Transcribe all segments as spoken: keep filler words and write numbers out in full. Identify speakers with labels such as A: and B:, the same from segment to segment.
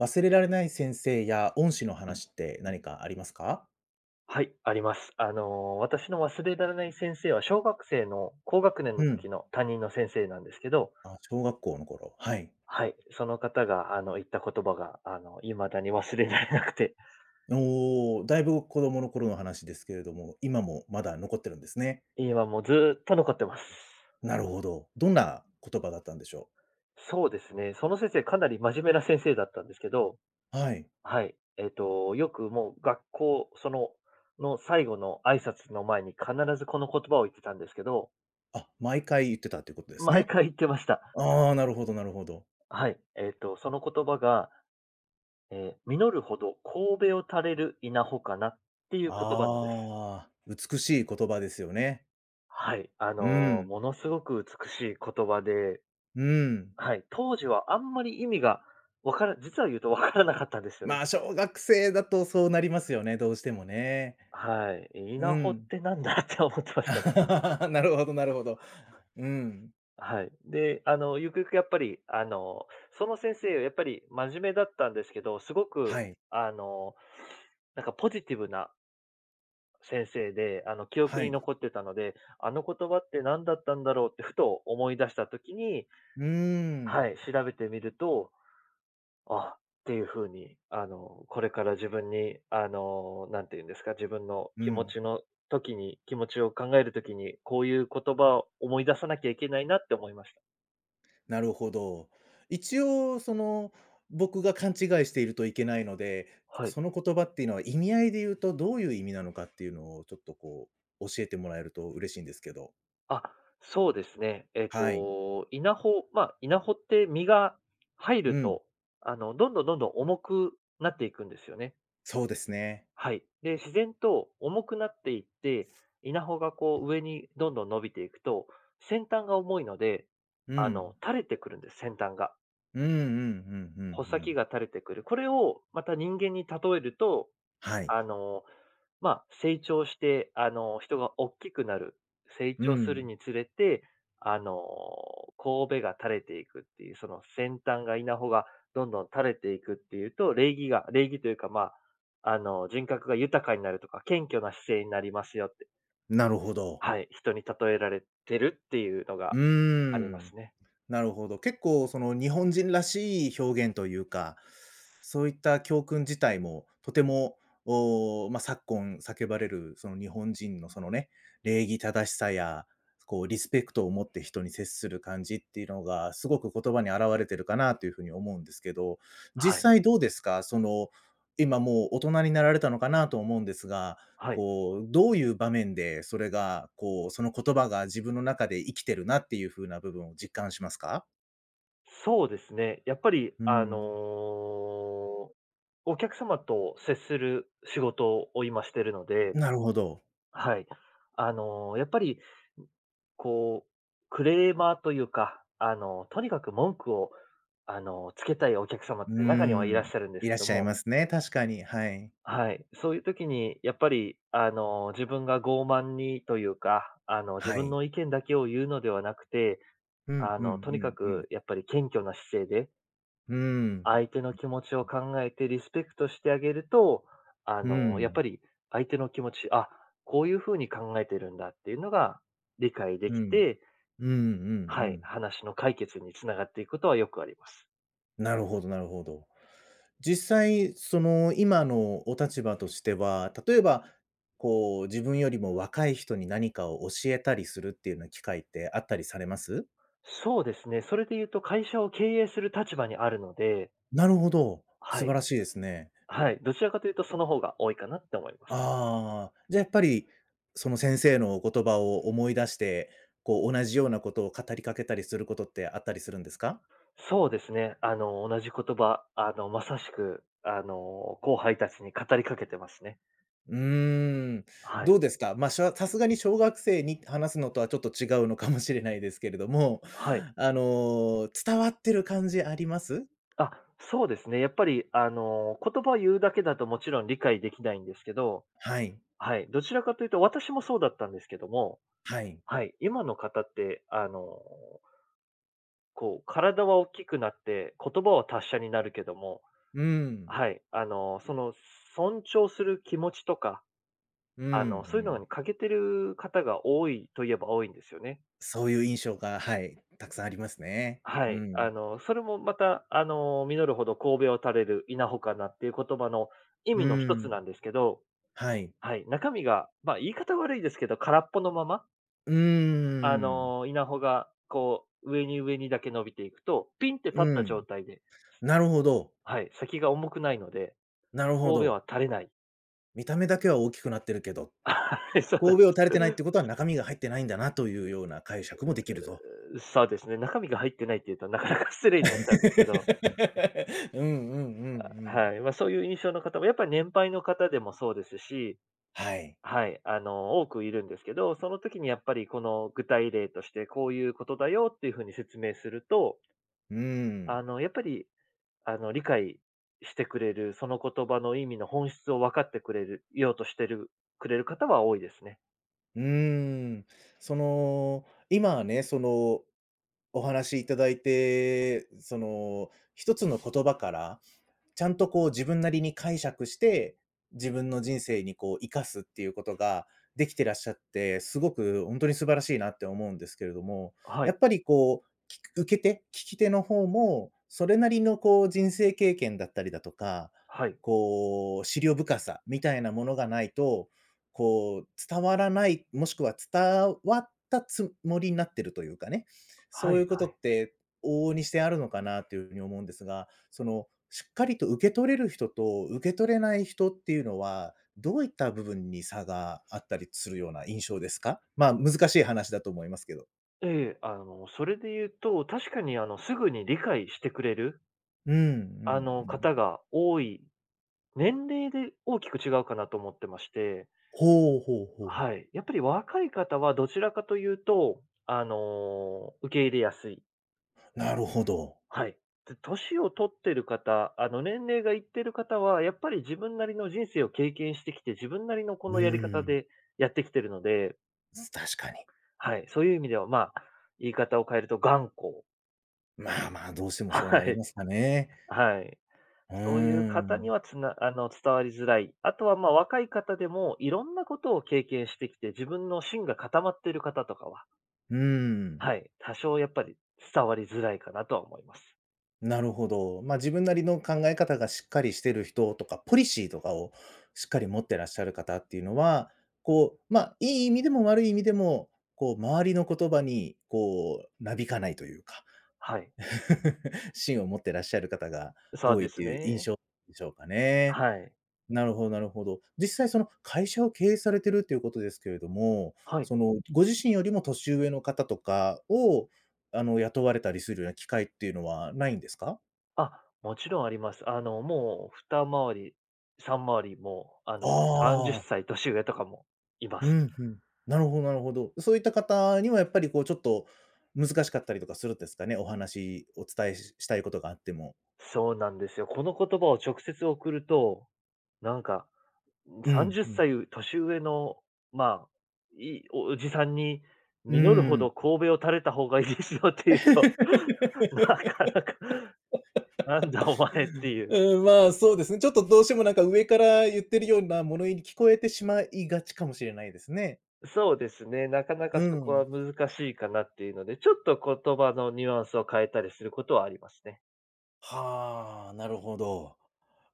A: 忘れられない先生や恩師の話って何かありますか？
B: はい、あります。あの、私の忘れられない先生は、小学生の高学年
A: う
B: の
A: ん。
B: 時の担任の先生なんですけど、
A: あ、小学校の頃、はい。
B: はい、その方が、あの、言った言葉が、あの、未だに忘れられなくて、
A: おお、だいぶ子供の頃の話ですけれども、今もまだ残ってるんですね。
B: 今もうずーっと残ってます。
A: なるほど。どんな言葉だったんでしょう？
B: そうですね。その先生、かなり真面目な先生だったんですけど、
A: はい。
B: はい。えっと、よくもう学校、その、の最後の挨拶の前に必ずこの言葉を言ってたんですけど、
A: あ、毎回言ってたっていうことです
B: 毎
A: ね。
B: 回言ってました。
A: ああ、なるほどなるほど。
B: はい。えっと、その言葉が、えー実るほど神戸を垂れる稲穂かなっていう言葉なんです。
A: ああ、美しい言葉ですよね。
B: はい。あ
A: う
B: のー
A: ん、
B: ものすごく美しい言葉で、
A: うん。
B: はい。当時はあんまり意味がわから、実は言うとわからなかったんですよね。
A: まあ、小学生だとそうなりますよね、どうしてもね。
B: はい。
A: う
B: 稲穂っ
A: ん。
B: てなんだ って思ってましたね。
A: なるほどなるほど。うん。
B: はい。で、あの、ゆくゆくやっぱり、あの、その先生、やっぱり真面目だったんですけど、すご
A: は
B: く、
A: い。
B: あの、なんかポジティブな先生で、あの、記憶
A: は
B: に
A: い。
B: 残ってたので、あの言葉って何だったんだろうってふと思い出した時に、
A: うー
B: は
A: ん。
B: い、調べてみると、あ、っていう風に、あの、これから自分に、あの、なんていうんですか、自分の
A: う
B: 気持
A: ん。
B: ちの時に、気持ちを考える時に、こういう言葉を思い出さなきゃいけないなって思いました。
A: なるほど。一応その、僕が勘違いしているといけないので、
B: は
A: そ
B: い。
A: の言葉っていうのは意味合いで言うとどういう意味なのかっていうのをちょっとこう教えてもらえると嬉しいんですけど。
B: あ、そうですね。えっ
A: はい。
B: と、稲穂、まあ、稲穂って実が入
A: う
B: る
A: ん。
B: と、あの、どんどんどんどん重くなっていくんですよね。
A: そうですね。
B: はい。で、自然と重くなっていって、稲穂がこう上にどんどん伸びていくと、先端が重いので、
A: う
B: あ
A: ん。
B: の、垂れてくるんです、先端が。
A: うんうんうんう
B: 穂
A: んう
B: 先
A: ん。
B: が垂れてくる。これをまた人間に例えると、
A: はい。
B: あの、まあ、成長して、あの、人が大きくなる、成
A: う
B: 長する
A: ん。
B: につれて、あの、神戸が垂れていくっていう、その先端が稲穂がどんどん垂れていくっていうと、礼儀が礼儀というか、まあ、あの、人格が豊かになるとか、謙虚な姿勢になりますよって、
A: なるほど。
B: はい、人に例えられてるっていうの
A: う
B: が
A: ー
B: ありま
A: ん。
B: すね。
A: なるほど。結構その日本人らしい表現というか、そういった教訓自体もとても、おお、まあ、昨今叫ばれるその日本人のそのね、礼儀正しさや、こうリスペクトを持って人に接する感じっていうのが、すごく言葉に表れてるかなというふうに思うんですけど、
B: は
A: 実
B: い、
A: 際どうですか？その、今もう大人になられたのかなと思うんですが、
B: はい。
A: こう、どういう場面でそれが、こう、その言葉が自分の中で生きてるなっていう風な部分を実感しますか？
B: そうですね。やっぱり、
A: うー
B: あ
A: ん。
B: の、お客様と接する仕事を今してるので、
A: なるほど。
B: はい。あの、やっぱり、こう、クレーマーというか、あの、とにかく文句を、あの、つけたいお客様っ
A: う
B: て中には
A: ー
B: いらっ
A: ん。
B: しゃるんです
A: いら
B: け
A: っ
B: ど
A: しゃい
B: も、
A: ますね、確かに。はい。
B: はい。そういう時に、やっぱり、あの、自分が傲慢にというか、あの、自
A: は
B: 分
A: い。
B: の意見だけを言うのではなくて、
A: うん、
B: あ
A: うん、
B: の、と
A: う
B: にか
A: ん、うん。
B: くやっぱり謙虚な姿勢で
A: うーん。
B: 相手の気持ちを考えてリスペクトしてあげると、あ
A: う
B: の、やっ
A: ん。
B: ぱり相手の気持ち、あ、こういう風に考えてるんだっていうのが理解で
A: う
B: き
A: ん。
B: て、
A: うんうんう
B: はい、
A: ん。
B: 話の解決につながっていくことはよくあります。
A: なるほどなるほど。実際、その、今のお立場としては、例えば、こう、自分よりも若い人に何かを教えたりするっていうような機会ってあったりされます？
B: そうですね。それで言うと会社を経営する立場にあるので、
A: なるほど、素
B: は
A: 晴
B: い。
A: らしいですね。
B: はい。どちらかというとその方が多いかなって思います。
A: ああ、じゃあやっぱり、その先生のお言葉を思い出して、こう同じようなことを語りかけたりすることってあったりするんですか？
B: そうですね。あの、同じ言葉、あの、まさしく、あの、後輩たちに語りかけてますね。
A: うーん、
B: は
A: ど
B: い。
A: うですか？まあ、しゃさすがに小学生に話すのとはちょっと違うのかもしれないですけれども、
B: はい。
A: あの、伝わってる感じあります？
B: あ、そうですね。やっぱり、あの、言葉を言うだけだともちろん理解できないんですけど、
A: はい、
B: はい、どちらかというと私もそうだったんですけども、
A: はい。
B: はい、今の方って、あの、こう、体は大きくなって言葉は達者になるけども、
A: うん、
B: はい、あの、その、尊重する気持ちとか、
A: うん、う
B: あの、そういうのに
A: ん。
B: 欠けてる方が多いといえば多いんですよね。
A: そういう印象が、はい、たくさんありますね。
B: は
A: う
B: い。
A: ん、
B: あの、それもまた、あの、実るほど神戸を垂れる稲穂かなっていう言葉の意
A: う
B: 味の一つ
A: ん、
B: なんですけど、
A: はい。
B: はい、中身が、まあ、言い方悪いですけど、空っぽのまま、
A: うー
B: あ
A: ん、
B: の、稲穂がこう、上に上にだけ伸びていくと、ピンって立っ
A: う
B: た状
A: ん。
B: 態で、
A: なるほど、
B: はい、先が重くないので、
A: なるほ
B: 神戸
A: ど。
B: は垂れない。
A: 見た目だけは大きくなってるけど、
B: はい、そうなんで
A: 神戸を垂れてないってことは中身が入ってないんだなというような解釈もできると。
B: す。そうですね、中身が入ってないっていうと、なかなか失礼になっちゃうんですけど、
A: うんうんうんうん。
B: はい、ま、そういう印象の方もやっぱり年配の方でもそうですし、
A: はい。
B: はい、あの、多くいるんですけど、その時にやっぱりこの具体例として、こういうことだよっていう風に説明すると、
A: うん。
B: あの、やっぱりあの、理解してくれる、その言葉の意味の本質を分かってくれるようとしてるくれる方は多いですね。
A: うーん。その、今はね、その、お話しいただいて、その、一つの言葉からちゃんとこう自分なりに解釈して、自分の人生にこう生かすっていうことができてらっしゃって、すごく本当に素晴らしいなって思うんですけれども、
B: は
A: や
B: い。
A: っぱりこう、く受け手、聞き手の方も、それなりのこう人生経験だったりだとか、
B: はい。
A: こう資料深さみたいなものがないと、こう伝わらない、もしくは伝わったつもりになってるというかね、
B: は
A: そうい
B: い
A: うこと
B: はい。
A: って往々にしてあるのかなというふうに思うんですが、その、しっかりと受け取れる人と受け取れない人っていうのは、どういった部分に差があったりするような印象ですか？まあ、難しい話だと思いますけど。
B: ええ、あの、それで言うと、確かにあの、すぐに理解してくれる、
A: うんうんう
B: あの、
A: ん。
B: 方が多い、年齢で大きく違うかなと思ってまして、
A: ほうほうほう。
B: はい。やっぱり若い方はどちらかというと、あの、受け入れやすい
A: なるほど。
B: はい。で、年を取ってる方、あの、年齢がいってる方は、やっぱり自分なりの人生を経験してきて、自分なりのこ
A: う
B: のやり
A: ー
B: 方
A: ん。
B: でやってきてるので、
A: 確かに。
B: はい、そういう意味では、まあ、言い方を変えると頑固。
A: まあまあ、どうして もそう
B: は
A: なり
B: い。
A: ますかね。
B: はい。
A: う
B: そういう
A: ー
B: 方に
A: ん。
B: はつなあの、伝わりづらい。あとは、まあ、若い方でも、いろんなことを経験してきて、自分の芯が固まっている方とかは、
A: うーん。
B: はい、多少やっぱり伝わりづらいかなとは思います。
A: なるほど。ま、自分なりの考え方がしっかりしてる人とか、ポリシーとかをしっかり持ってらっしゃる方っていうのは、こう、ま、いい意味でも悪い意味でも、こう、周りの言葉に、こう、なびかないというか、
B: はい。
A: 芯を持ってらっしゃる方が
B: そう
A: 多い
B: で
A: って
B: す
A: いう印
B: ね。
A: 象でしょうかね。
B: はい。
A: なるほどなるほど。実際その会社を経営されてるっていうことですけれども、
B: はい。
A: その、ご自身よりも年上の方とかを、あの、雇われたりするような機会っていうのはないんですか？
B: あ、もちろんあります。あの、もうにまわりり、さんまわりりもあ
A: あ
B: の、30
A: あ、
B: 歳年上とかもいま
A: う
B: す。
A: ん、ふん。なるほどなるほど。そういった方にはやっぱりこうちょっと難しかったりとかするんですかね？お話お伝えししたいことがあっても。
B: そうなんですよ。この言葉を直接送ると、なんか、
A: うん、
B: 30
A: ふん。
B: 歳年上の、まあ、いいおじさんに、
A: うー
B: 実るほ
A: ん。
B: ど神戸を垂れた方がいいですよっていうと、なかなか、なんだお前っていう。
A: うん、まあ、そうですね。ちょっとどうしてもなんか上から言ってるような物言いに聞こえてしまいがちかもしれないですね。
B: そうですね、なかな
A: う
B: かそこ
A: ん。
B: は難しいかなっていうので、ちょっと言葉のニュアンスを変えたりすることはありますね。
A: はあ、なるほど。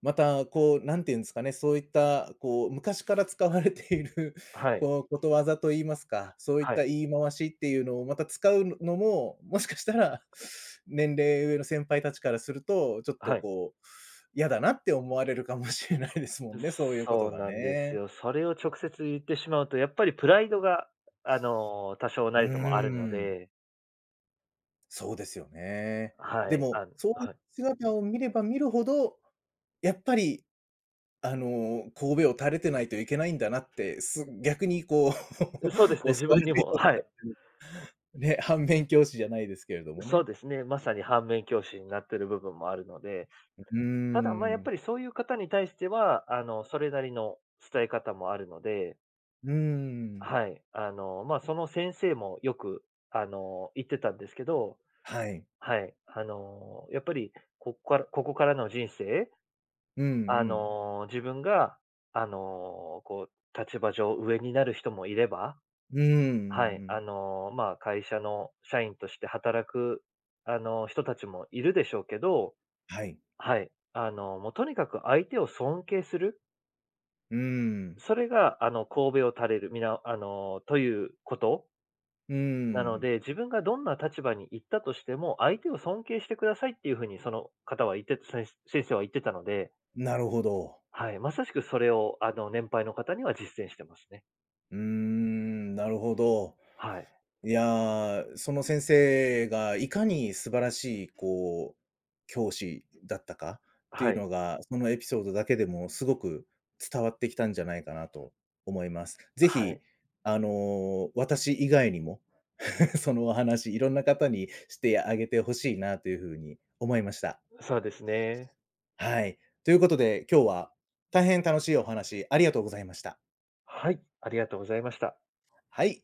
A: また、こう、なんていうんですかね、そういった、こう、昔から使われている、
B: はい。
A: こう、ことわざと言いますか、そういっ
B: は
A: た
B: い。
A: 言い回しっていうのをまた使うのも、もしかしたら、年齢上の先輩たちからすると、ちょっ
B: は
A: と
B: い。
A: こう、嫌だなって思われるかもしれないですもんね、そういうこと
B: そう
A: が
B: なんです
A: ね。
B: よ。それを直接言ってしまうと、やっぱりプライドが、あの、多少
A: う
B: な
A: ー
B: りともあるの
A: ん、
B: で、
A: そうですよね。
B: は
A: で
B: い、
A: も、
B: あの
A: そういう
B: はい。
A: 姿を見れば見るほど、やっぱりあの、頭を垂れてないといけないんだなって、す逆にこう、教
B: そうです
A: わ
B: ね、自分に
A: るよ
B: も、
A: うに
B: は
A: なっ
B: い。
A: てる。ね、反面教師じゃないですけれども
B: そう
A: ね。
B: ですね、まさに反面教師になってる部分もあるので、
A: うー
B: ただ、まあ、やっ
A: ん。
B: ぱりそういう方に対しては、あの、それなりの伝え方もあるので、
A: うーん。
B: はい、あの、まあ、その先生もよく、あの、言ってたんですけど、
A: はい。
B: はい、あの、やっぱりここからここからの人生
A: うんう
B: あ
A: ん。
B: の、自分が、あの、こう、立場上上になる人もいれば、
A: うーん、うんう
B: はい、あ
A: ん。
B: の、まあ、会社の社員として働く、あの、人たちもいるでしょうけど、
A: はい。
B: はい、あの、もうとにかく相手を尊敬する、
A: うーん。
B: それが、あの、頭を垂れる、みなあの、ということ
A: うー
B: なの
A: ん。
B: で、自分がどんな立場に行ったとしても、相手を尊敬してくださいっていうふうに、その方は言って、先先生は言ってたので、
A: なるほど。
B: はい、まさしくそれを、あの、年配の方には実践してますね。
A: うーん、なるほど。
B: はい。
A: いやー、その先生がいかに素晴らしい、こう、教師だったかってい
B: は
A: う
B: い。
A: のが、そのエピソードだけでもすごく伝わってきたんじゃないかなと思います。ぜ
B: は
A: ひ、
B: い。
A: あの、私以外にも そのお話、いろんな方にしてあげてほしいなというふうに思いました。
B: そうですね。
A: はい。ということで、今日は大変楽しいお話ありがとうございました。
B: はい、ありがとうございました。
A: はい。